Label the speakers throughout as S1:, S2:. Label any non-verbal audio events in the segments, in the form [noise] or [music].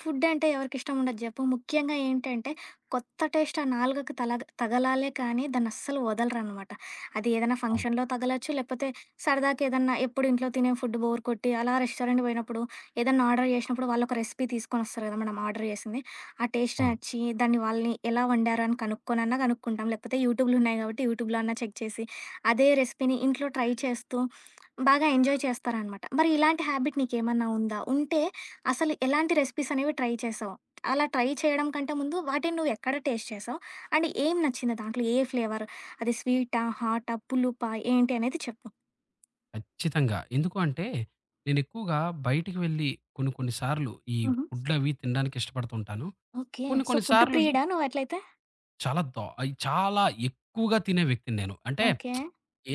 S1: Food అంటే ఎవరికిష్టం ఉండదు జెప్పు. ముఖ్యంగా ఏంటంటే, కొత్త టేస్ట్ ఆ నాలుకకి తలగ తగలాలే కానీ దాన్నస్సలు వదలరనమాట. అది ఏదైనా
S2: అవును.
S1: ఫంక్షన్‌లో తగలొచ్చు, లేకపోతే సరదాకేదన్నా ఎప్పుడు ఇంట్లో తినే ఫుడ్ బోర్ కొట్టి, అలా రెస్టారెంట్‌కి బోయినప్పుడు, ఏదన్నా ఆర్డర్ జేసినప్పుడు వాళ్ళొక రెసిపీ తీసుకొనొస్తారు గదా! మనం ఆర్డర్ జేసింది. ఆ టేస్ట్
S2: అవును.
S1: నచ్చి, దాన్ని వాళ్ళని ఎలా వండారు అని కనుక్కొనన్నా గనుక్కుంటాం. లేకపోతే యూట్యూబ్‌లున్నాయి గాబట్టి, యూట్యూబ్‌లో అన్నా చెక్ చేసి, అదే రెసిపీని ఇంట్లో ట్రై చేస్తూ, బాగా ఎంజాయ్ చేస్తారనమాట. మరి ఇలాంటి హ్యాబిట్ నీకేమన్నా ఉందా? ఉంటే అసలు ఎలాంటి రెసిపీస్ అనేవి ట్రై చేసావు? అలా ట్రై చేయడం కంటే ముందు వాటిని నువ్వు ఎక్కడ టేస్ట్ చేసావు? అండ్ ఏం నచ్చింది దాంట్లో? ఏ ఫ్లేవర్? అది స్వీటా? హాటా? పులుపా? ఏంటి అనేది చెప్పు.
S2: ఖచ్చితంగా. ఎందుకు అంటే, నేనెక్కువగా బయటికి వెళ్ళి కొన్ని కొన్ని సార్లు
S1: హుహు.
S2: ఫుడ్‌లవి తినడానికి ఇష్టపడుతూ ఉంటాను.
S1: ఓకే.
S2: కొన్ని
S1: సో,
S2: కొన్ని
S1: ఫుడ్
S2: సార్లు ఈ
S1: ప్రియుడా నువ్వట్లయితే?
S2: చాలా దా ఈ చాలా ఎక్కువగా తినే వ్యక్తిని నేను. అంటే
S1: ఓకే.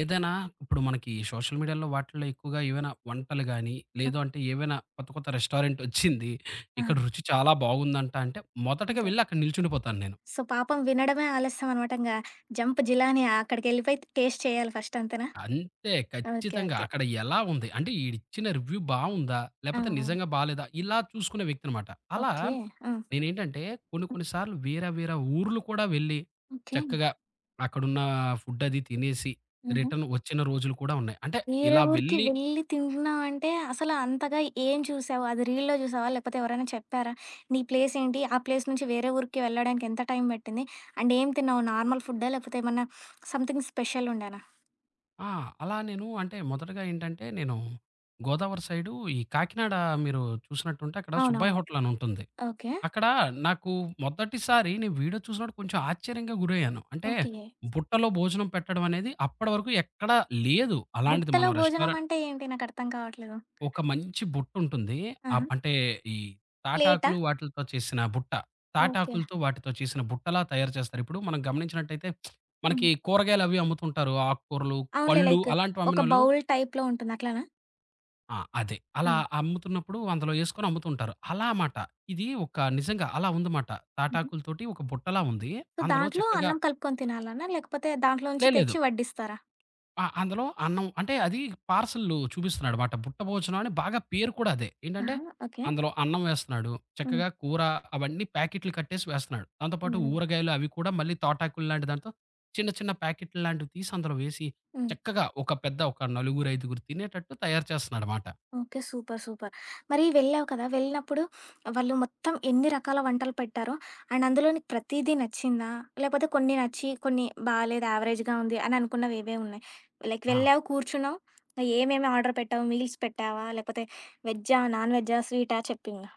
S2: ఏదైనా ఇప్పుడు మనకి సోషల్ మీడియాలో వాటిల్లో ఎక్కువగా ఏవైనా వంటలు గాని,
S1: హ్మ్.
S2: లేదు అంటే ఏవైనా కొత్త కొత్త రెస్టారెంటొచ్చింది.
S1: ఆ!
S2: ఇక్కడ రుచి చాలా బాగుందంట అంటే, మొదటగా
S1: సూపర్.
S2: వెళ్ళి అక్కడ నిల్చుండిపోతాను నేను.
S1: సో, పాపం వినడమే ఆలస్యం అనమాట. ఇంగ జంప్ జిలాని అక్కడికెళ్ళిపోయి టేస్ట్ చేయాలి ఫస్ట్ అంతేనా?
S2: అంతే.
S1: ఓకే.
S2: ఖచ్చితంగా.
S1: ఓకే.
S2: అక్కడ ఎలా ఉంది? అంటే ఈడిచ్చిన రివ్యూ బావుందా?
S1: ఆ!
S2: లేపోతే
S1: ఆ!
S2: నిజంగా బాలేదా? ఇలా చూసుకునే వ్యక్తనమాట. అలా
S1: ఓకే. ఆ!
S2: నేనేంటంటే కొన్ని కొన్ని సార్లు వేరే వేరే ఊర్లు కూడా వెళ్ళి
S1: ఓకే.
S2: చక్కగా అక్కడున్న ఫుడ్ అది తినేసి
S1: హుహు.
S2: రిటర్న్ వచ్చిన రోజులు కూడా ఉన్నాయి. అంటే
S1: వేరే
S2: ఇలా
S1: ఊరికి
S2: వెళ్ళి
S1: వెళ్ళి తింటున్నావంటే, అసలు అంతగా ఏం చూసావు? అది రీల్‌లో చూసావా? లేకపోతే ఎవరైనా చెప్పారా? నీ ప్లేస్ ఏంటి? ఆ ప్లేస్ నుంచి వేరే ఊరికి వెళ్ళడానికి ఎంత టైం పట్టింది? అండ్ ఏం తిన్నావు? నార్మల్ ఫుడ్డా? లేకపోతే ఏమన్నా సంథింగ్ స్పెషల్ ఉండేనా?
S2: ఆ! అలా నేను అంటే మొదటగా ఏంటంటే నేను గోదావరి సైడు ఈ కాకినాడ మీరు చూసినట్టుంటే అక్కడ సుబ్బయ్య
S1: అవునవును.
S2: హోటలనుంటుంది.
S1: ఓకే.
S2: అక్కడ నాకు మొదటిసారి నేను వీడియో చూసినప్పుడు కొంచెం ఆశ్చర్యంగా గురయ్యాను. అంటే
S1: ఓకే.
S2: బుట్టలో భోజనం పెట్టడం అనేది అప్పటి వరకు ఎక్కడా లేదు. అలాంటిది
S1: బుట్టలో
S2: మనం
S1: భోజనం
S2: రెస్టారెంట్
S1: అంటే ఏంటి? నాకర్థం కావట్లేదు.
S2: ఒక మంచి బుట్టుంటుంది.
S1: ఆహా!
S2: అంటే ఈ
S1: ప్లేటా?
S2: తాటాకులు వాటిలతో చేసిన బుట్ట.
S1: ఓకే.
S2: తాటాకులతో వాటితో చేసిన బుట్టలా తయారు చేస్తారు. ఇప్పుడు మనం గమనించినట్టయితే
S1: హ్మ్.
S2: మనకి కూరగాయలు అవి అమ్ముతుంటారు. ఆకుకూరలు,
S1: అవునులే.
S2: పళ్ళు
S1: లైక్
S2: అలాంటివి
S1: ఒక
S2: అమ్మినోళ్ళు
S1: బౌల్ టైప్‌లో ఉంటుంది. అట్లనా?
S2: ఆ! అదే. అలా
S1: హ్మ్.
S2: అమ్ముతున్నప్పుడు అందులో యేసుకొని అమ్ముతుంటారు. అలా మాట. ఇది ఒక నిజంగా అలా ఉందమాట.
S1: హుహు.
S2: తాటాకులతోటి ఒక బుట్టలా ఉంది.
S1: సో,
S2: అందులో
S1: దాంట్లో
S2: చక్కగా
S1: అన్నం కలుపుకొని తినాలనా? లేకపోతే దాంట్లో
S2: లేదు.
S1: నుంచి
S2: లేదు.
S1: తెచ్చి వడ్డిస్తారా?
S2: ఆ! అందులో అన్నం అంటే అది పార్సల్‌లు చూపిస్తున్నాడమాట. బుట్ట భోజనం అని బాగా పేరు కూడా అదే. ఏంటంటే
S1: ఆహా! ఓకే.
S2: అందులో అన్నం వేస్తున్నాడు.
S1: హ్మ్.
S2: చక్కగా కూర అవన్నీ ప్యాకెట్లు కట్టేసి వేస్తున్నాడు. దాంతో పాటు
S1: హ్మ్.
S2: ఊరగాయలు అవి కూడా మళ్ళీ తాటాకులు లాంటి దాంతో చిన్న చిన్న ప్యాకెట్లు లాంటివి తీసి అందులో వేసి
S1: హ్మ్.
S2: చక్కగా ఒక పెద్ద ఒక నలుగురు, ఐదుగురు తినేటట్టు తయారు చేస్తున్నాడమాట.
S1: ఓకే. సూపర్. సూపర్. మరి వెళ్ళావు కదా! వెళ్ళినప్పుడు వాళ్ళు మొత్తం ఎన్ని రకాల వంటలు పెట్టారో అండ్ అందులో నీకు ప్రతీదీ నచ్చిందా? లేకపోతే కొన్ని నచ్చి, కొన్ని బాలేదు, యావరేజ్‌గా ఉంది అని అనుకున్నవి ఏవేవి ఉన్నాయి? లైక్
S2: ఆ!
S1: వెళ్ళావు, కూర్చున్నావు, ఏమేమి ఆర్డర్ పెట్టావు? మీల్స్ పెట్టావా? లేకపోతే వెజ్జా? నాన్ వెజ్జా? స్వీటా? చెప్పింగా?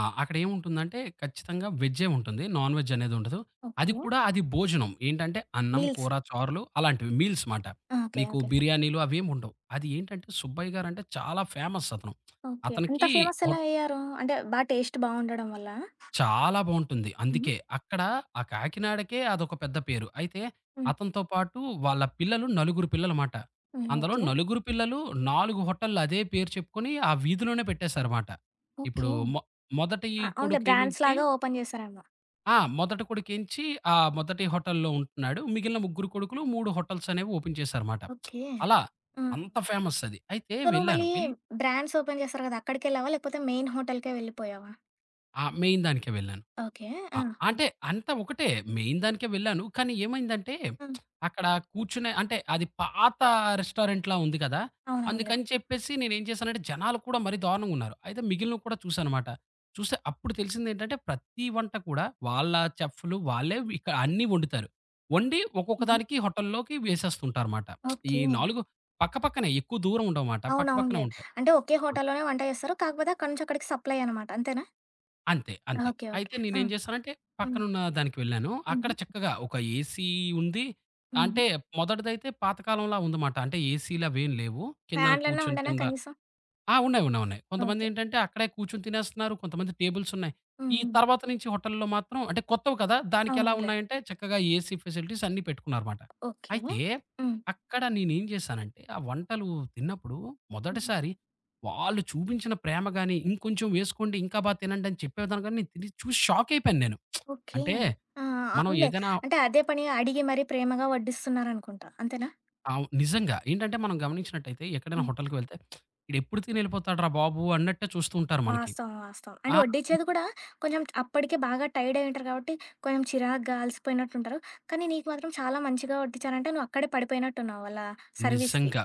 S2: ఆ! అక్కడేముంటుందంటే ఖచ్చితంగా వెజ్జే ఉంటుంది. నాన్ వెజ్ అనేది ఉండదు.
S1: ఓకే.
S2: అది కూడా అది భోజనం. ఏంటంటే అన్నం,
S1: మీల్స్.
S2: కూర, చారులు అలాంటివి మీల్స్ మాట.
S1: ఆ! ఓకే.
S2: నీకు
S1: ఓకే.
S2: బిర్యానీలు అవేం ఉండవు. అది ఏంటంటే సుబ్బయ్య గారంటే చాలా ఫేమస్ అతను.
S1: ఓకే. అంత
S2: అతనికి
S1: ఫేమస్ ఎలా
S2: హోట్
S1: అయ్యారు? అంటే బా టేస్ట్ బావుండడం వల్లా?
S2: చాలా బావుంటుంది.
S1: హుహు.
S2: అందుకే అక్కడ ఆ కాకినాడకే అదొక పెద్ద పేరు. అయితే
S1: హ్మ్.
S2: అతనితో పాటు వాళ్ళ పిల్లలు నలుగురు పిల్లలమాట.
S1: హ్మ్.
S2: అందులో
S1: ఓకే.
S2: నలుగురు పిల్లలు 4 హోటల్‌లు అదే పేరు చెప్పుకొని ఆ వీధిలోనే పెట్టేశారుమాట. ఇప్పుడు
S1: ఓకే.
S2: మొ మొదటి
S1: ఆ! అవునులే.
S2: కొడుకేమించి
S1: బ్రాండ్స్‌లాగా ఓపెన్ చేశారేమో.
S2: ఆ! మొదటి కొడుకేంచి ఆ మొదటి హోటల్‌లో ఉంటున్నాడు. మిగిలిన ముగ్గురు కొడుకులు 3 హోటల్స్ అనేవి ఓపెన్ చేశారుమాట.
S1: ఓకే.
S2: అలా
S1: హ్మ్.
S2: అంత ఫేమస్ అది. అయితే
S1: సో, నువ్వు
S2: వెళ్ళాను.
S1: మళ్ళీ
S2: వెళ్ళి
S1: బ్రాండ్స్ ఓపెన్ చేస్తారు కదా! అక్కడికెళ్ళావా? లేకపోతే మెయిన్ హోటల్‌కే వెళ్ళిపోయావా?
S2: మెయిన్ దానికే వెళ్ళాను.
S1: ఓకే.
S2: ఆ!
S1: ఆ! హ్మ్.
S2: అంటే అంతా ఒకటే. మెయిన్ దానికే వెళ్ళాను. కానీ ఏమైందంటే,
S1: హ్మ్.
S2: అక్కడ కూర్చునే అంటే అది పాత రెస్టారెంట్‌లా ఉంది కదా!
S1: అవునవునులే.
S2: అందుకని చెప్పేసి నేనేం చేశానంటే, జనాలు కూడా మరీ దారుణంగా ఉన్నారు. అయితే మిగిలినవి కూడా చూసానమాట. చూస్తే అప్పుడు తెలిసిందేంటంటే, ప్రతి వంట కూడా వాళ్ళ చెఫ్‌లు వాళ్ళే ఇక్కడ అన్నీ వండుతారు. వండి ఒక్కొక్క
S1: హుహు.
S2: దానికి హోటల్‌లోకి వేసేస్తుంటారుమాట. ఈ
S1: ఓకే.
S2: 4 పక్కపక్కనే ఎక్కువ దూరం ఉండవుమాట. పక్కపక్కనే
S1: అవునవునులే.
S2: ఉంటాయి.
S1: అంటే ఒకే
S2: ఆ!
S1: హోటల్‌లోనే వంట చేస్తారు. కాకపోతే అక్కడి నుంచి అక్కడికి సప్లై అనమాట. అంతేనా?
S2: అంతే.
S1: ఓకే. ఓకే.
S2: అయితే
S1: ఆ!
S2: నేనేం చేశానంటే,
S1: హ్మ్.
S2: పక్కనున్న దానికి వెళ్ళాను. అక్కడ
S1: హుహు.
S2: చక్కగా ఒక ఏసీ ఉంది.
S1: హుహు.
S2: అంటే మొదటిదైతే పాతకాలంలా ఉందమాట. అంటే ఏసీ‌లవేం లేవు. కిందన
S1: ఫ్యాన్‌లన్నా
S2: కూర్చొని
S1: ఉండనా
S2: తినడా
S1: కనీసం?
S2: ఆ! ఉన్నాయి.
S1: ఓకే.
S2: కొంతమందేంటంటే అక్కడే కూర్చొని తినేస్తున్నారు. కొంతమంది టేబుల్సున్నాయి.
S1: హ్మ్.
S2: ఈ
S1: హ్మ్.
S2: తర్వాత నుంచి హోటల్‌లో మాత్రం అంటే కొత్తవి కదా! దానికెలా
S1: అవునవునులే.
S2: ఉన్నాయంటే చక్కగా ఏసీ ఫెసిలిటీస్ అన్నీ పెట్టుకున్నారమాట.
S1: ఓకే.
S2: అయితే
S1: హ్మ్.
S2: అక్కడ నేనేం చేశానంటే ఆ వంటలు తిన్నప్పుడు
S1: హ్మ్.
S2: మొదటిసారి వాళ్ళు చూపించిన ప్రేమ గాని, ఇంకొంచెం వేసుకోండి ఇంకా బాగా తినండి అని చెప్పేదాన్ని గాని నేను తిని చూసి షాకయిపోయాను నేను.
S1: ఓకే.
S2: అంటే
S1: ఆ!
S2: మనం
S1: అవునులే.
S2: ఏదైనా
S1: అంటే అదే పనిగా అడిగి మరీ ప్రేమగా వడ్డిస్తున్నారనుకుంటా. అంతేనా?
S2: నిజంగా ఏంటంటే మనం గమనించినట్టయితే ఎక్కడైనా
S1: హ్మ్.
S2: హోటల్‌కి వెళ్తే "ఈడెప్పుడు తిని ఎళ్ళిపోతాడురా బాబు" అన్నట్టే చూస్తూ ఉంటారు మనకి.
S1: వాస్తవం. వాస్తవం. అండ్
S2: ఆ!
S1: వడ్డించేది కూడా కొంచెం అప్పటికే బాగా టైర్డ్ అయి ఉంటారు కాబట్టి, కొంచెం చిరాగ్గా అలసిపోయినట్టుంటారు. కానీ నీకు మాత్రం చాలా మంచిగా వడ్డించారంటే నువ్వు అక్కడే పడిపోయినట్టున్నావు వాళ్ళ సర్వీస్‌కి.
S2: నిజంగా.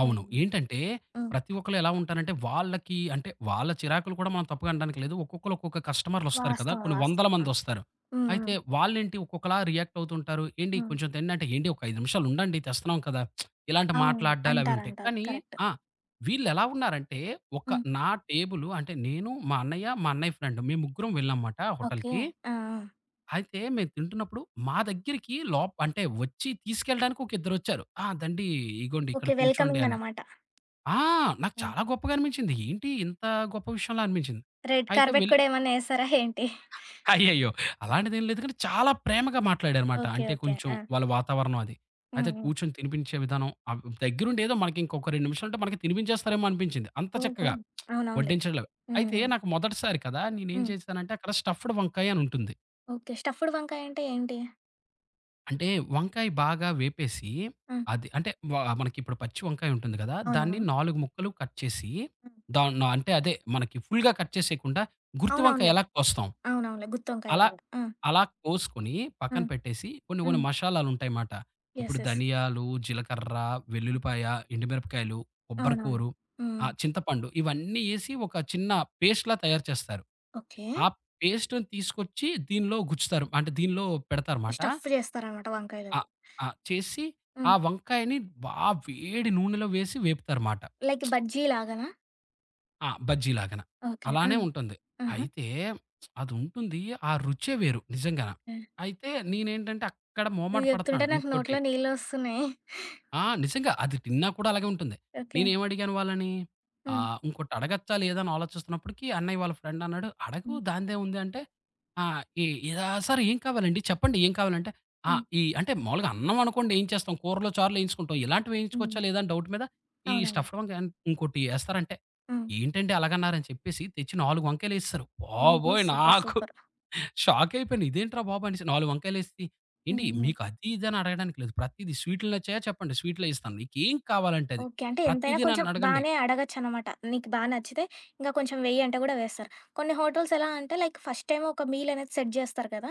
S2: అవును.
S1: యాహ్!
S2: ఏంటంటే
S1: హ్మ్.
S2: ప్రతి ఒక్కళ్ళు ఎలా ఉంటారంటే వాళ్ళకి అంటే వాళ్ళ చిరాకులు కూడా మనం తప్పుగా అనడానికి లేదు. ఒక్కొక్కళ్ళు ఒక్కొక్క కస్టమర్‌లొస్తారు కదా!
S1: వాస్తవం.
S2: కొన్ని వందల
S1: వాస్తవం. ఆ!
S2: మందొస్తారు.
S1: హ్మ్. హ్మ్.
S2: అయితే వాళ్ళేంటి ఒక్కొక్కలా రియాక్ట్ అవుతుంటారు. ఏండి
S1: హ్మ్.
S2: కొంచెం తెండి అంటే ఏండి ఒక 5 నిమిషాలు ఉండండి తెస్తున్నాం కదా! ఇలాంటి
S1: అవును.
S2: మాట్లాడ్డాలు అవి
S1: అంటారు.
S2: ఉంటాయి.
S1: అంటారు.
S2: కానీ
S1: కరెక్ట్.
S2: ఆ! వీళ్ళెలా ఉన్నారంటే ఒక
S1: హ్మ్.
S2: నా టేబులు అంటే నేను, మా అన్నయ్య, మా అన్నయ్య ఫ్రెండ్ మేము ముగ్గురం వెళ్ళాం మాట
S1: ఓకే.
S2: హోటల్‌కి.
S1: ఆ! ఆ!
S2: అయితే మేము తింటున్నప్పుడు మా దగ్గరికి లోప్ అంటే వచ్చి తీసుకెళ్ళడానికి ఒక ఇద్దరొచ్చారు. "ఆ! దండి ఇగోండి ఇక్కడ
S1: ఓకే.
S2: కూర్చోండి"
S1: వెల్కమింగ్
S2: అని.
S1: అనమాట.
S2: ఆ! నాకు
S1: హ్మ్.
S2: చాలా గొప్పగా అనిపించింది. ఏంటి ఇంత గొప్ప విషయంలా అనిపించింది.
S1: రెడ్
S2: అయితే
S1: కార్పెట్
S2: వెళ్
S1: కూడా ఏమన్నా ఏసారా ఏంటి?
S2: అయ్యయ్యో! అలాంటిదేం లేదు కానీ చాలా ప్రేమగా మాట్లాడారుమాట.
S1: ఓకే.
S2: అంటే
S1: ఓకే.
S2: కొంచెం
S1: ఆ!
S2: వాళ్ళ వాతావరణం అది. అయితే
S1: హ్మ్. హ్మ్.
S2: కూర్చొని తినిపించే విధానం దగ్గరుండి ఏదో మనకి ఇంకొక 2 నిమిషాలుంటే మనకి తినిపించేస్తారేమో అనిపించింది. అంత
S1: ఓహో!
S2: చక్కగా
S1: అవునవునులే.
S2: వడ్డించడంలో.
S1: హ్మ్.
S2: అయితే
S1: హ్మ్.
S2: నాకు మొదటిసారి కదా! నేనేం
S1: హ్మ్.
S2: చేశానంటే అక్కడ స్టఫ్డ్ వంకాయ అని ఉంటుంది.
S1: ఓకే. స్టఫ్డ్ వంకాయ అంటే ఏంటి?
S2: అంటే వంకాయ బాగా వేపేసి,
S1: ఆ!
S2: అది అంటే వ మనకిప్పుడు పచ్చి వంకాయ ఉంటుంది గదా! దాన్ని
S1: అవునవును.
S2: 4 ముక్కలు కట్ చేసి,
S1: హ్మ్.
S2: దాన్ అంటే అదే మనకి ఫుల్‌గా కట్ చేసేయకుండా గుత్తి వంకాయ
S1: అవునవునులే.
S2: ఎలా కోస్తాం,
S1: అవునవునులే.
S2: అలా
S1: గుత్తొంకాయలాగా. ఆ!
S2: అలా కోసుకొని
S1: ఆ!
S2: పక్కన పెట్టేసి కొన్ని కొన్ని
S1: హ్మ్.
S2: మషాలాలుంటాయిమాట. ఇప్పుడు
S1: యెస్. యెస్.
S2: ధనియాలు, జీలకర్ర, వెల్లుల్లిపాయ, ఎండుమిరపకాయలు, కొబ్బరి
S1: అవునవును.
S2: కూరు,
S1: హ్మ్.
S2: చింతపండు ఇవన్నీ ఏసి ఒక చిన్న పేస్ట్‌లా తయారు చేస్తారు.
S1: ఓకే.
S2: ఆ పేస్ట్‌ని తీసుకొచ్చి దీనిలో గుచ్చుతారు. అంటే దీనిలో పెడతారుమాట.
S1: స్టఫ్ చేస్తారనమాట వంకాయలు.
S2: ఆ! ఆ! చేసి ఆ
S1: హ్మ్.
S2: వంకాయని బా వేడి నూనెలో వేసి వేపుతారుమాట.
S1: లైక్ బజ్జీ లాగానా?
S2: ఆ! బజ్జీలాగాన.
S1: ఓకే. ఆ!
S2: అలానే ఉంటుంది.
S1: ఆహా!
S2: అయితే అదుంటుంది. ఆ రుచే వేరు నిజంగాన.
S1: హ్మ్.
S2: అయితే నేనేంటంటే అక్కడ మొహమాట
S1: నువ్వు చెప్తుంటే
S2: పడుతున్నాను.
S1: నాకు
S2: ఇంకోటి
S1: నోట్లో నీళ్ళొస్తున్నాయి.
S2: ఆ! నిజంగా. అది తిన్నా కూడా అలాగే ఉంటుంది.
S1: ఓకే.
S2: నేనేమడిగాను వాళ్ళని,
S1: హ్మ్.
S2: ఇంకోటి అడగచ్చా లేదా అని ఆలోచిస్తున్నప్పటికి అన్నయ్య వాళ్ళ ఫ్రెండ్ అన్నాడు, "అడగు
S1: హ్మ్.
S2: దానిదేముంది" అంటే, ఆహ్, ఈ ఇలా "సార్ ఏం కావాలండి? చెప్పండి ఏం కావాలంటే" ఆ!
S1: హ్మ్.
S2: ఈ అంటే మామూలుగా అన్నం అనుకోండి ఏం చేస్తాం, కూరలో చారులో ఏయించుకుంటాం. ఇలాంటివి ఏయించుకోవచ్చా
S1: హ్మ్.
S2: లేదా అని డౌట్ మీద ఈ
S1: అవునవును.
S2: స్టఫ్డ్ వంకాయ ఇంకోటి ఎస్తారంటే,
S1: హ్మ్.
S2: "ఏంటండి అలాగన్నారు" అని చెప్పేసి తెచ్చి 4 వంకాయలేసేశారు.
S1: ఓహో!
S2: బాబోయ్!
S1: సూపర్.
S2: నాకు
S1: సూపర్.
S2: షాకయిపోయాను. ఇదేంట్రా బాబు! అనేసి 4 వంకాయలేసి, "ఏండి
S1: హ్మ్. హ్మ్.
S2: మీకు అది, ఇది అని అడగడానికి లేదు. ప్రతీది స్వీటులు నచ్చాయా చెప్పండి స్వీట్లే ఇస్తాను. మీకేం కావాలంటే అది.
S1: ఓకే. అంటే ఎంతైనా
S2: ప్రతీది
S1: కొంచెం
S2: నన్నడగండి"
S1: బానే అడగొచ్చనమాట. నీకు బా నచ్చితే ఇంకా కొంచెం వెయ్యి అంటే గూడా వేస్తారు. కొన్ని హోటల్స్ ఎలా అంటే లైక్ ఫస్ట్ టైమ్ ఒక మీల్ అనేది సెట్ జేస్తారు కదా!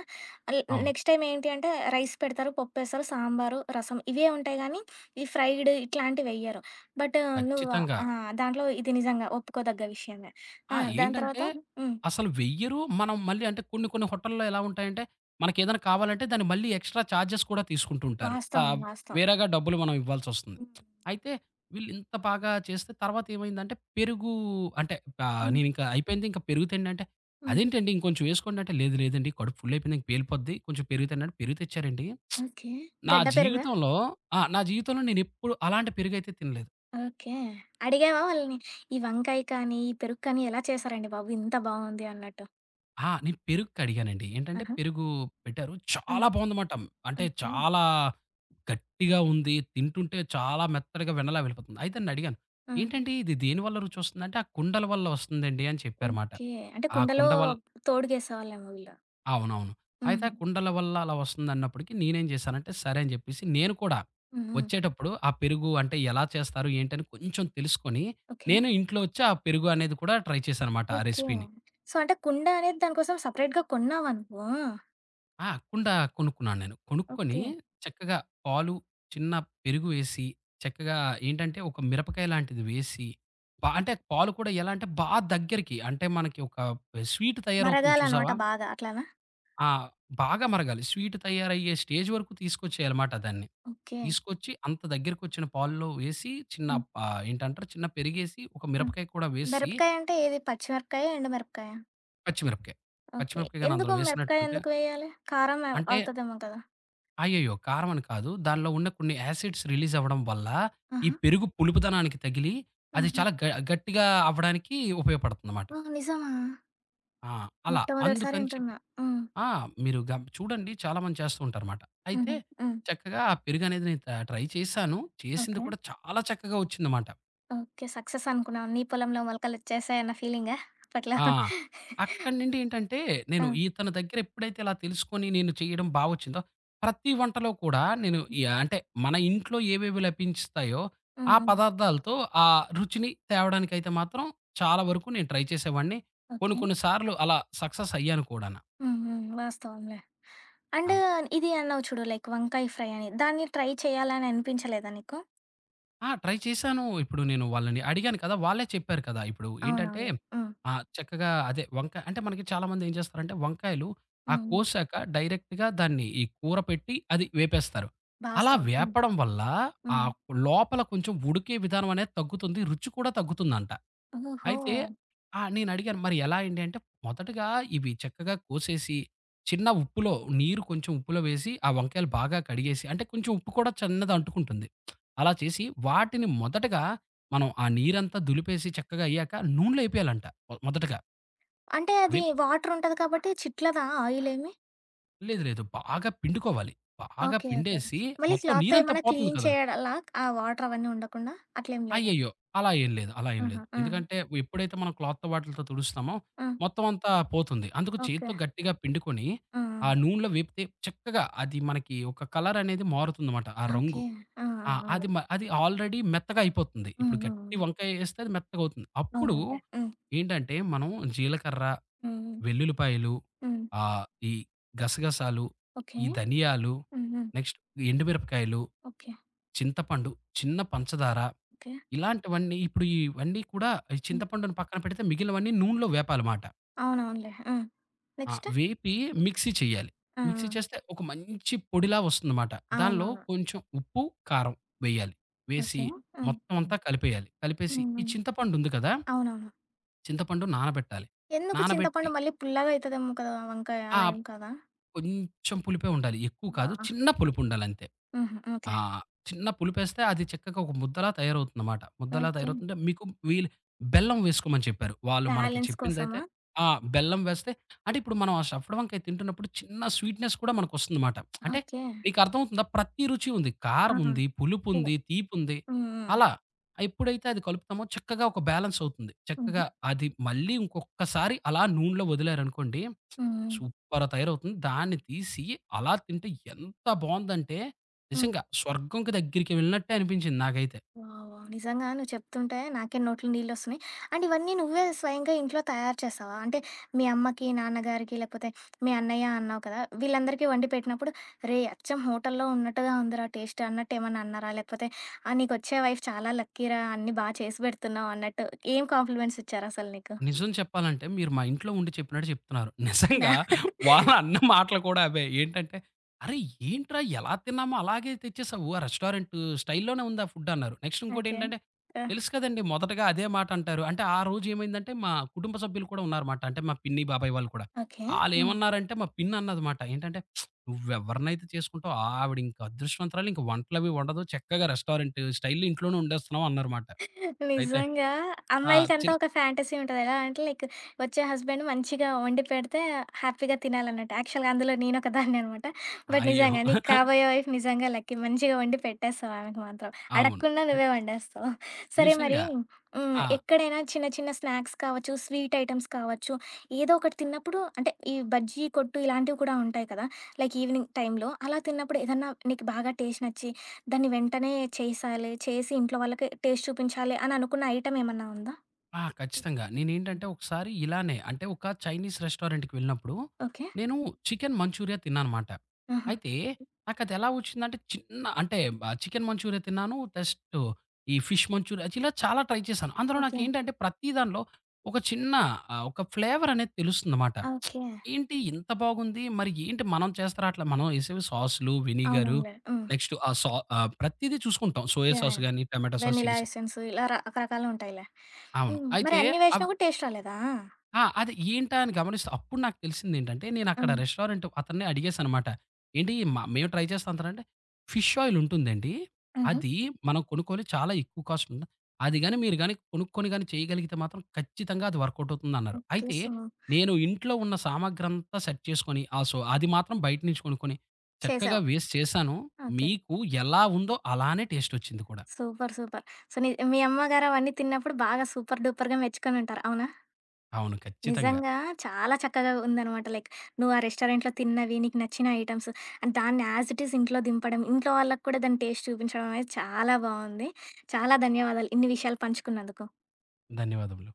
S1: ఆల్
S2: అవును.
S1: నెక్స్ట్ టైమ్ ఏంటి అంటే రైస్ పెడతారు, పప్పేస్తారు, సాంబారు, రసం ఇవే ఉంటాయి గానీ, ఈ ఫ్రైడ్ ఇట్లాంటివెయ్యరు. బట్ నువ్వు
S2: ఖచ్చితంగా.
S1: ఆ! దాంట్లో ఇది నిజంగా ఒప్పుకోదగ్గ విషయమే.
S2: ఆ!
S1: ఆ! దాని
S2: ఏంటంటే,
S1: తర్వాత హ్మ్.
S2: అసలు వెయ్యరు. మనం మళ్ళీ అంటే కొన్ని కొన్ని హోటల్‌లో ఎలా ఉంటాయంటే, మనకేదైనా కావాలంటే దాన్ని మళ్ళీ ఎక్స్‌ట్రా చార్జెస్ కూడా తీసుకుంటుంటారు.
S1: వాస్తవం. వాస్తవం.
S2: వేరేగా డబ్బులు మనం ఇవ్వాల్సొస్తుంది. అయితే వీళ్ళింత బాగా చేస్తే తర్వాతేమైందంటే పెరుగు అంటే
S1: హ్మ్.
S2: నేనింకా అయిపోయింది. ఇంకా పెరుగు తిండి అంటే,
S1: హ్మ్.
S2: "అదేంటండి ఇంకొంచెం వేసుకోండి" అంటే, "లేదు లేదండి కడుపు ఫుల్ అయిపోయింది. ఇంక పేలిపోద్ది. కొంచెం పెరుగు తిండి" అంటే పెరుగు తెచ్చారండి.
S1: ఓకే.
S2: నా
S1: గడ్డ పెరుగా?
S2: జీవితంలో ఆ! నా జీవితంలో నేనెప్పుడు అలాంటి పెరుగైతే తినలేదు.
S1: ఓకే. అడిగావా వాళ్ళని? ఈ వంకాయ కానీ, ఈ పెరుగు కానీ ఎలా చేశారండి బాబు ఇంత బావుంది అన్నట్టు?
S2: ఆ! నేను పెరుగడిగానండి. ఏంటంటే
S1: ఆహా!
S2: పెరుగు పెట్టారు.
S1: ఆ!
S2: చాలా బావుందమాట. అంటే
S1: ఓకే.
S2: చాలా గట్టిగా ఉంది. తింటుంటే చాలా మెత్తగా వెన్నలా వెళ్ళిపోతుంది. అయితే నేనడిగాను.
S1: ఆ!
S2: "ఏంటండి ఇది దేనివల్ల రుచొస్తుందంటే, ఆ కుండల వల్ల వస్తుందండి" అని చెప్పారుమాట.
S1: ఓకే. అంటే
S2: ఆ
S1: కుండలో
S2: కుండ వల్
S1: తోడుగేసేవాళ్ళేమో వీళ్ళు.
S2: అవునవును. అయితే
S1: హ్మ్.
S2: ఆ కుండల వల్ల అలా వస్తుందన్నప్పటికి నేనేం చేశానంటే, సరే అని చెప్పేసి నేను కూడా
S1: హ్మ్. హ్మ్.
S2: వచ్చేటప్పుడు ఆ పెరుగు అంటే ఎలా చేస్తారు ఏంటని కొంచెం తెలుసుకొని,
S1: ఓకే.
S2: నేను ఇంట్లో వచ్చి ఆ పెరుగు అనేది కూడా ట్రై చేశానమాట ఆ
S1: ఓకే.
S2: రెసిపీని.
S1: సో, అంటే కుండ అనేది దాని కోసం సెపరేట్‌గా కొన్నావా నువ్వు?
S2: ఆ! కుండ కొనుక్కున్నాను నేను. కొనుక్కొని
S1: ఓకే.
S2: చక్కగా పాలు, చిన్న పెరుగు వేసి, చక్కగా ఏంటంటే ఒక మిరపకాయ లాంటిది వేసి, పా అంటే పాలు కూడా ఎలా అంటే బా దగ్గరికి అంటే మనకి ఒక స్వీట్ తయారవుతుంది
S1: బరగాలనమాట
S2: చూసావా?
S1: బాగా అట్లానా?
S2: ఆ! బాగా మరగాలి. స్వీట్ తయారయ్యే స్టేజ్ వరకు తీసుకొచ్చేయాలమాట దాన్ని.
S1: ఓకే.
S2: తీసుకొచ్చి అంత దగ్గరకొచ్చిన పాల్లో వేసి చిన్న
S1: హ్మ్.
S2: ఏంటంటారు చిన్న పెరిగేసి, ఒక
S1: హ్మ్.
S2: మిరపకాయ కూడా వేసి
S1: మిరపకాయ అంటే ఏది పచ్చిమిరపకాయ, ఎండుమిరపకాయ?
S2: పచ్చిమిరపకాయ,
S1: ఓకే.
S2: పచ్చిమిరపకాయ గాని అందులో
S1: ఎందుకు మిరపకాయ
S2: వేసినట్టుంటే
S1: ఎందుకు వేయాలి? కారం అవ్
S2: అంటే
S1: అవుతదేమో కదా!
S2: అయ్యయ్యో! కారం అని కాదు. దానిలో ఉన్న కొన్ని యాసిడ్స్ రిలీజ్ అవ్వడం వల్ల, ఈ
S1: ఆహా!
S2: పెరుగు పులుపుదనానికి తగిలి, అది
S1: హుహు.
S2: చాలా గ గట్టిగా అవ్వడానికి ఉపయోగపడుతుందన్నమాట.
S1: ఓహ్! నిజమా?
S2: ఆ! అలా.
S1: మొట్టమొదటిసారి
S2: అందుకని చెప్పి
S1: వింటున్నా. హ్మ్.
S2: ఆ! మీరు గమ్ చూడండి చాలా మంది చేస్తూ ఉంటారన్నమాట. అయితే
S1: హుహు. హ్మ్.
S2: చక్కగా ఆ పెరుగనేది నేను ట్రై చేశాను. చేసింది
S1: ఓకే.
S2: కూడా చాలా చక్కగా వచ్చిందన్నమాట.
S1: ఓకే. సక్సెస్ అనుకున్నావా? నీ పొలంలో మొలకలొచ్చేసాయన్న ఫీలింగా అప్పట్లో?
S2: ఆ! అక్కడి నుండి ఏంటంటే, నేను
S1: ఆ!
S2: ఇతని దగ్గర ఎప్పుడైతే ఇలా తెలుసుకొని నేను చేయడం బా వచ్చిందో, ప్రతి వంటలో కూడా నేను
S1: హ్మ్.
S2: అంటే మన ఇంట్లో ఏవేవి లభించుతాయో, ఆ
S1: హ్మ్. హ్మ్.
S2: పదార్థాలతో ఆ రుచిని తేవడానికైతే మాత్రం చాలా వరకు నేను ట్రై చేసేవాడిని. కొన్ని
S1: ఓకే.
S2: కొన్ని సార్లు అలా సక్సెస్ అయ్యాను కూడాన.
S1: హ్మ్. హ్మ్. వాస్తవంలే. అండ్
S2: అవును.
S1: ఇది అన్నావు చూడు లైక్ వంకాయ ఫ్రై అని. దాన్ని ట్రై చేయాలని అనిపించలేదా నీకు?
S2: ఆ! ట్రై చేశాను. ఇప్పుడు నేను వాళ్ళని అడిగాను కదా! వాళ్ళే చెప్పారు కదా! ఇప్పుడు ఏంటంటే
S1: అవునవునులే. హ్మ్.
S2: చక్కగా అదే వంకాయ అంటే మనకి చాలామంది ఏం చేస్తారంటే వంకాయలు ఆ
S1: హ్మ్. హ్మ్.
S2: కోసాక డైరెక్ట్‌గా దాన్ని ఈ కూర పెట్టి అది వేపేస్తారు. అలా
S1: వాస్తవం. హ్మ్.
S2: వేపడం వల్ల ఆ
S1: హ్మ్.
S2: లోపల కొంచెం ఉడికే విధానం అనేది తగ్గుతుంది. రుచి కూడా తగ్గుతుందంట.
S1: ఓహో!
S2: అయితే ఆ! నేనడిగాను, "మరి ఎలా అండి?" అంటే, మొదటగా ఇవి చక్కగా కోసేసి, చిన్న ఉప్పులో నీరు కొంచెం ఉప్పులో వేసి, ఆ వంకాయలు బాగా కడిగేసి అంటే కొంచెం ఉప్పు కూడా చిన్నది అంటుకుంటుంది. అలా చేసి, వాటిని మొదటగా మనం ఆ నీరంతా దులిపేసి చక్కగా అయ్యాక నూనెలో ఏపేయాలంట మొదటగా.
S1: అంటే అది
S2: వేప్
S1: వాటర్ ఉంటది కాబట్టి చిట్లదా ఆయిలేమి?
S2: లేదు లేదు. బాగా పిండుకోవాలి. బాగా
S1: ఓకే. ఓకే.
S2: పిండేసి
S1: మళ్ళీ
S2: మొత్తం
S1: క్లాత్‌తో
S2: నీరంతా
S1: ఏమన్నా
S2: పోతుంది
S1: క్లీన్
S2: కదా!
S1: చేయాలా ఆ వాటర్ అవన్నీ ఉండకుండా? అట్లేం లేదా?
S2: అయ్యయ్యో! అలా ఏం లేదు.
S1: ఆహా! ఆ!
S2: ఎందుకంటే ఎప్పుడైతే మనం క్లాత్‌తో వాటిలితో తుడుస్తామో
S1: ఆ!
S2: మొత్తం అంతా పోతుంది. అందుకు
S1: ఓకే.
S2: చేత్తో గట్టిగా పిండుకొని
S1: ఆ! ఆ!
S2: ఆ నూనెలో వేపితే చక్కగా అది మనకి ఒక కలర్ అనేది మారుతుందన్నమాట. ఆ రంగు.
S1: ఓకే. ఆ! ఆ!
S2: ఆ!
S1: అవునులే.
S2: అది ఆల్రెడీ మెత్తగా అయిపోతుంది.
S1: హ్మ్.
S2: ఇప్పుడు
S1: హ్మ్.
S2: గట్టి
S1: హ్మ్.
S2: వంకాయ ఏస్తే అది మెత్తగా అవుతుంది. అప్పుడు
S1: అవునవునులే. హ్మ్.
S2: ఏంటంటే మనం జీలకర్ర,
S1: హ్మ్. హ్మ్.
S2: వెల్లుల్లిపాయలు,
S1: హ్మ్.
S2: ఆహ్, ఈ గసగసాలు,
S1: ఓకే.
S2: ఈ ధనియాలు,
S1: హ్మ్. హ్మ్.
S2: నెక్స్ట్ ఎండుమిరపకాయలు
S1: ఓకే.
S2: చింతపండు, చిన్న పంచదార
S1: ఓకే.
S2: ఇలాంటివన్నీ ఇప్పుడు ఇవన్నీ కూడా ఈ
S1: హ్మ్.
S2: చింతపండుని పక్కన పెడితే మిగిలినవన్నీ నూనెలో వేపాలమాట.
S1: అవునవునులే. ఆ!
S2: ఆ!
S1: నెక్స్ట్?
S2: వేపి మిక్సీ చేయాలి.
S1: ఆ! ఆ!
S2: మిక్సీ చేస్తే ఒక మంచి పొడిలా వస్తుందన్నమాట. దానిలో
S1: అవునవును.
S2: కొంచెం ఉప్పు, కారం వేయాలి. వేసి
S1: ఓకే. ఆ!
S2: మొత్తం అంతా
S1: హ్మ్.
S2: కలిపేయాలి. కలిపేసి ఈ
S1: హ్మ్.
S2: చింతపండు ఉంది కదా!
S1: అవునవును.
S2: చింతపండు నానబెట్టాలి.
S1: ఎందుకు
S2: నానబెట్టి
S1: చింతపండు మళ్ళీ పుల్లగా అయితదేమో కదా! వంకాయ
S2: ఆ!
S1: అలా ఏం కాదా?
S2: కొంచెం పులిపే ఉండాలి. ఎక్కువ
S1: అబ్బా!
S2: కాదు. చిన్న పులుపుండాలంతే.
S1: హుహు.
S2: ఆ!
S1: ఓకే.
S2: చిన్న పులుపేస్తే అది చక్కగా ఒక ముద్దలా తయారవుతుందన్నమాట. ముద్దలా
S1: ఓకే.
S2: తయారవుతుంటే మీకు వీలు బెల్లం వేసుకోమని చెప్పారు. వాళ్ళు మనకి
S1: బ్యాలెన్స్
S2: చెప్పిందైతే
S1: కోసమా?
S2: ఆ! బెల్లం వేస్తే అంటే ఇప్పుడు మనం ఆ స్టఫ్డ్ వంకాయ తింటున్నప్పుడు చిన్న స్వీట్‌నెస్ కూడా మనకొస్తుందన్నమాట. అంటే
S1: ఓకే.
S2: మీకు అర్థమవుతుందా? ప్రతి రుచి ఉంది.
S1: ఆ!
S2: కారం ఉంది, పులుపు
S1: పుల్ల
S2: ఉంది, తీపి ఉంది.
S1: హ్మ్. హ్మ్.
S2: అలా ఎప్పుడైతే అది కలుపుతామో చక్కగా ఒక బ్యాలెన్స్ అవుతుంది.
S1: హుహు.
S2: చక్కగా అది మళ్ళీ ఇంకొక్కసారి అలా నూనెలో వదిలారనుకోండి
S1: హ్మ్. హ్మ్.
S2: సూపర్ తయారవుతుంది. దాన్ని తీసి అలా తింటే ఎంత బావుందంటే,
S1: హ్మ్.
S2: నిజంగా స్వర్గంకి దగ్గరికి వెళ్ళినట్టే అనిపించింది నాకైతే.
S1: వావ్! నిజంగా నువ్వు చెప్తుంటే నాకే నోట్లో నీళ్ళొస్తున్నాయి. అండ్ ఇవన్నీ నువ్వే స్వయంగా ఇంట్లో తయారు చేస్తావా? అంటే మీ అమ్మకి, నాన్నగారికి లేకపోతే మీ అన్నయ్య అన్నావు కదా! వీళ్ళందరికీ వండి పెట్టినప్పుడు "రేయ్! అచ్చం హోటల్‌లో ఉన్నట్టుగా ఉందిరా టేస్ట్" అన్నట్టు ఏమన్నా అన్నారా? లేకపోతే "ఆహ్, నీకొచ్చే వైఫ్ చాలా లక్కీరా అన్నీ బా చేసి పెడుతున్నావు" అన్నట్టు ఏం కాంప్లిమెంట్స్ ఇచ్చారసలు నీకు?
S2: నిజం చెప్పాలంటే మీరు మా ఇంట్లో ఉండి చెప్పినట్టు చెప్తున్నారు.
S1: అవునా?
S2: నిజంగా వాళ్ళ
S1: [laughs]
S2: అన్న మాటలు కూడా అవే. ఏంటంటే, "అరె! ఏంట్రా ఎలా తిన్నామో అలాగే తెచ్చేసావు. ఆ రెస్టారెంట్ స్టైల్‌లోనే ఉందా ఫుడ్" అన్నారు. Next
S1: okay.
S2: ఇంకోటేంటంటే,
S1: ఆ!
S2: తెలుసు కదండీ మొదటగా అదే మాట అంటారు. అంటే ఆ రోజు ఏమైందంటే మా కుటుంబ సభ్యులు కూడా ఉన్నారమాట. అంటే మా పిన్ని, బాబాయ్ వాళ్ళు కూడా.
S1: ఓకే. హ్మ్.
S2: ఆళ్ళేమన్నారంటే మా పిన్ని అన్నదమాట. ఏంటంటే, "నువ్వెవరినైతే చేసుకుంటావో ఆవిడ ఇంక అదృష్టవంతురాలు. ఇంక వంటలవి వండదు. చక్కగా రెస్టారెంట్ స్టైల్‌లో ఇంట్లోనే వండేస్తున్నావు" అన్నారుమాట. అయితే
S1: నిజంగా
S2: ఆ!
S1: అమ్మాయిలకంతా
S2: చిన్
S1: ఒక ఫ్యాంటసీ ఉంటది. ఎలా అంటే లైక్ వచ్చే హస్బెండ్ మంచిగా వండి పెడితే హ్యాపీగా తినాలన్నట్టు. యాక్చువల్‌గా అందులో నేనొక దాన్ని అనమాట. బట్
S2: అయ్యో!
S1: నిజంగా నీకు కాబోయే వైఫ్ నిజంగా లక్కీ. మంచిగా వండి పెట్టేస్తావు ఆమెకి మాత్రం.
S2: అవును.
S1: అడగకుండా
S2: అద్
S1: నువ్వే వండేస్తావు. సరే మరి
S2: నిజంగా. ఆ!
S1: ఎక్కడైనా చిన్న చిన్న స్నాక్స్ కావచ్చు, స్వీట్ ఐటెమ్స్ కావచ్చు, ఏదో ఒకటి తిన్నప్పుడు అంటే ఈ బజ్జీ కొట్టు ఇలాంటివి కూడా ఉంటాయి కదా! లైక్ ఈవినింగ్ టైంలో. అలా తిన్నప్పుడు ఏదన్నా నీకు బాగా టేస్ట్ నచ్చి దాన్ని వెంటనే చేసేయాలి. చేసి ఇంట్లో వాళ్ళకి టేస్ట్ చూపించాలి అని అనుకున్న ఐటెమ్ ఏమన్నా ఉందా?
S2: ఆ! ఖచ్చితంగా. నేనేంటంటే ఒకసారి ఇలానే అంటే ఒక చైనీస్ రెస్టారెంట్‌కి వెళ్ళినప్పుడు
S1: ఓకే.
S2: నేను చికెన్ మంచూరియా తిన్నానన్నమాట.
S1: ఆహా!
S2: అయితే నాకదెలా వచ్చిందంటే చిన్న అంటే చికెన్ మంచూరియా తిన్నాను. జస్ట్ ఈ ఫిష్ మంచూరియా ఇలా చాలా ట్రై చేశాను. అందులో
S1: ఓకే.
S2: నాకేంటంటే ప్రతి దానిలో ఒక చిన్న ఒక ఫ్లేవర్ అనేది తెలుస్తుందన్నమాట.
S1: ఓకే.
S2: ఏంటి ఇంత బాగుంది. మరి ఏంటి మనం చేస్తే రాట్లా. మనం ఏసేవి సాస్‌లు, వెనిగరు
S1: అవునవునులే. హ్మ్.
S2: నెక్స్ట్ ఆ సా ఆహ్, ప్రతీదీ చూసుకుంటాం. Soya
S1: yeah!
S2: Sauce
S1: yeah!
S2: గాని, tomato sauce,
S1: vanilla
S2: chilli sauce.
S1: Essence ఇలా రకరకాలుంటాయిలే.
S2: అవును.
S1: మరి
S2: అయితే
S1: అన్ని
S2: అవ్
S1: వేసినా కూడా టేస్ట్ రాలేదా?
S2: ఆ! అది ఏంటా అని గమనిస్తే అప్పుడు నాకు తెలిసిందేంటంటే, నేనక్కడ
S1: హ్మ్.
S2: రెస్టారెంట్ అతన్ని అడిగేశాననమాట. "ఏండి మేము ట్రై చేస్తాం" అంటారంటే, ఫిష్ ఆయిల్ ఉంటుందండి.
S1: హుహు.
S2: అది మనం కొనుక్కొని చాలా ఎక్కువ కాస్ట్ ఉంటుంది. అది గాని మీరు గాని కొనుక్కొని గాని చేయగలిగితే మాత్రం ఖచ్చితంగా అది వర్కౌట్ అవుతుందన్నారు.
S1: ఓకే.
S2: అయితే
S1: సో,
S2: నేను ఇంట్లో ఉన్న సామాగ్రంతా సెట్ చేసుకొని, ఆ! సో, అది మాత్రం బయట నుంచి కొనుక్కొని చక్కగా
S1: చేసావు.
S2: వేసి చేశాను.
S1: ఓకే.
S2: మీకు ఎలా ఉందో అలానే టేస్టొచ్చింది కూడా.
S1: సూపర్. సూపర్. సో, నీ మీ అమ్మగారు అవన్నీ తిన్నప్పుడు బాగా సూపర్ డూపర్‌గా మెచ్చుకొనుంటారు. అవునా?
S2: అవును. ఖచ్చితంగా.
S1: నిజంగా చాలా చక్కగా ఉందనమాట. లైక్ నువ్వు ఆ రెస్టారెంట్‌లో తిన్నవి, నీకు నచ్చిన ఐటెమ్స్ అండ్ దాన్ని యాజ్ ఇట్ ఈజ్ ఇంట్లో దింపడం, ఇంట్లో వాళ్ళకి కూడా దాని టేస్ట్ చూపించడం అనేది చాలా బావుంది. చాలా ధన్యవాదాలు ఇన్ని విషయాలు పంచుకున్నందుకు.
S2: ధన్యవాదములు.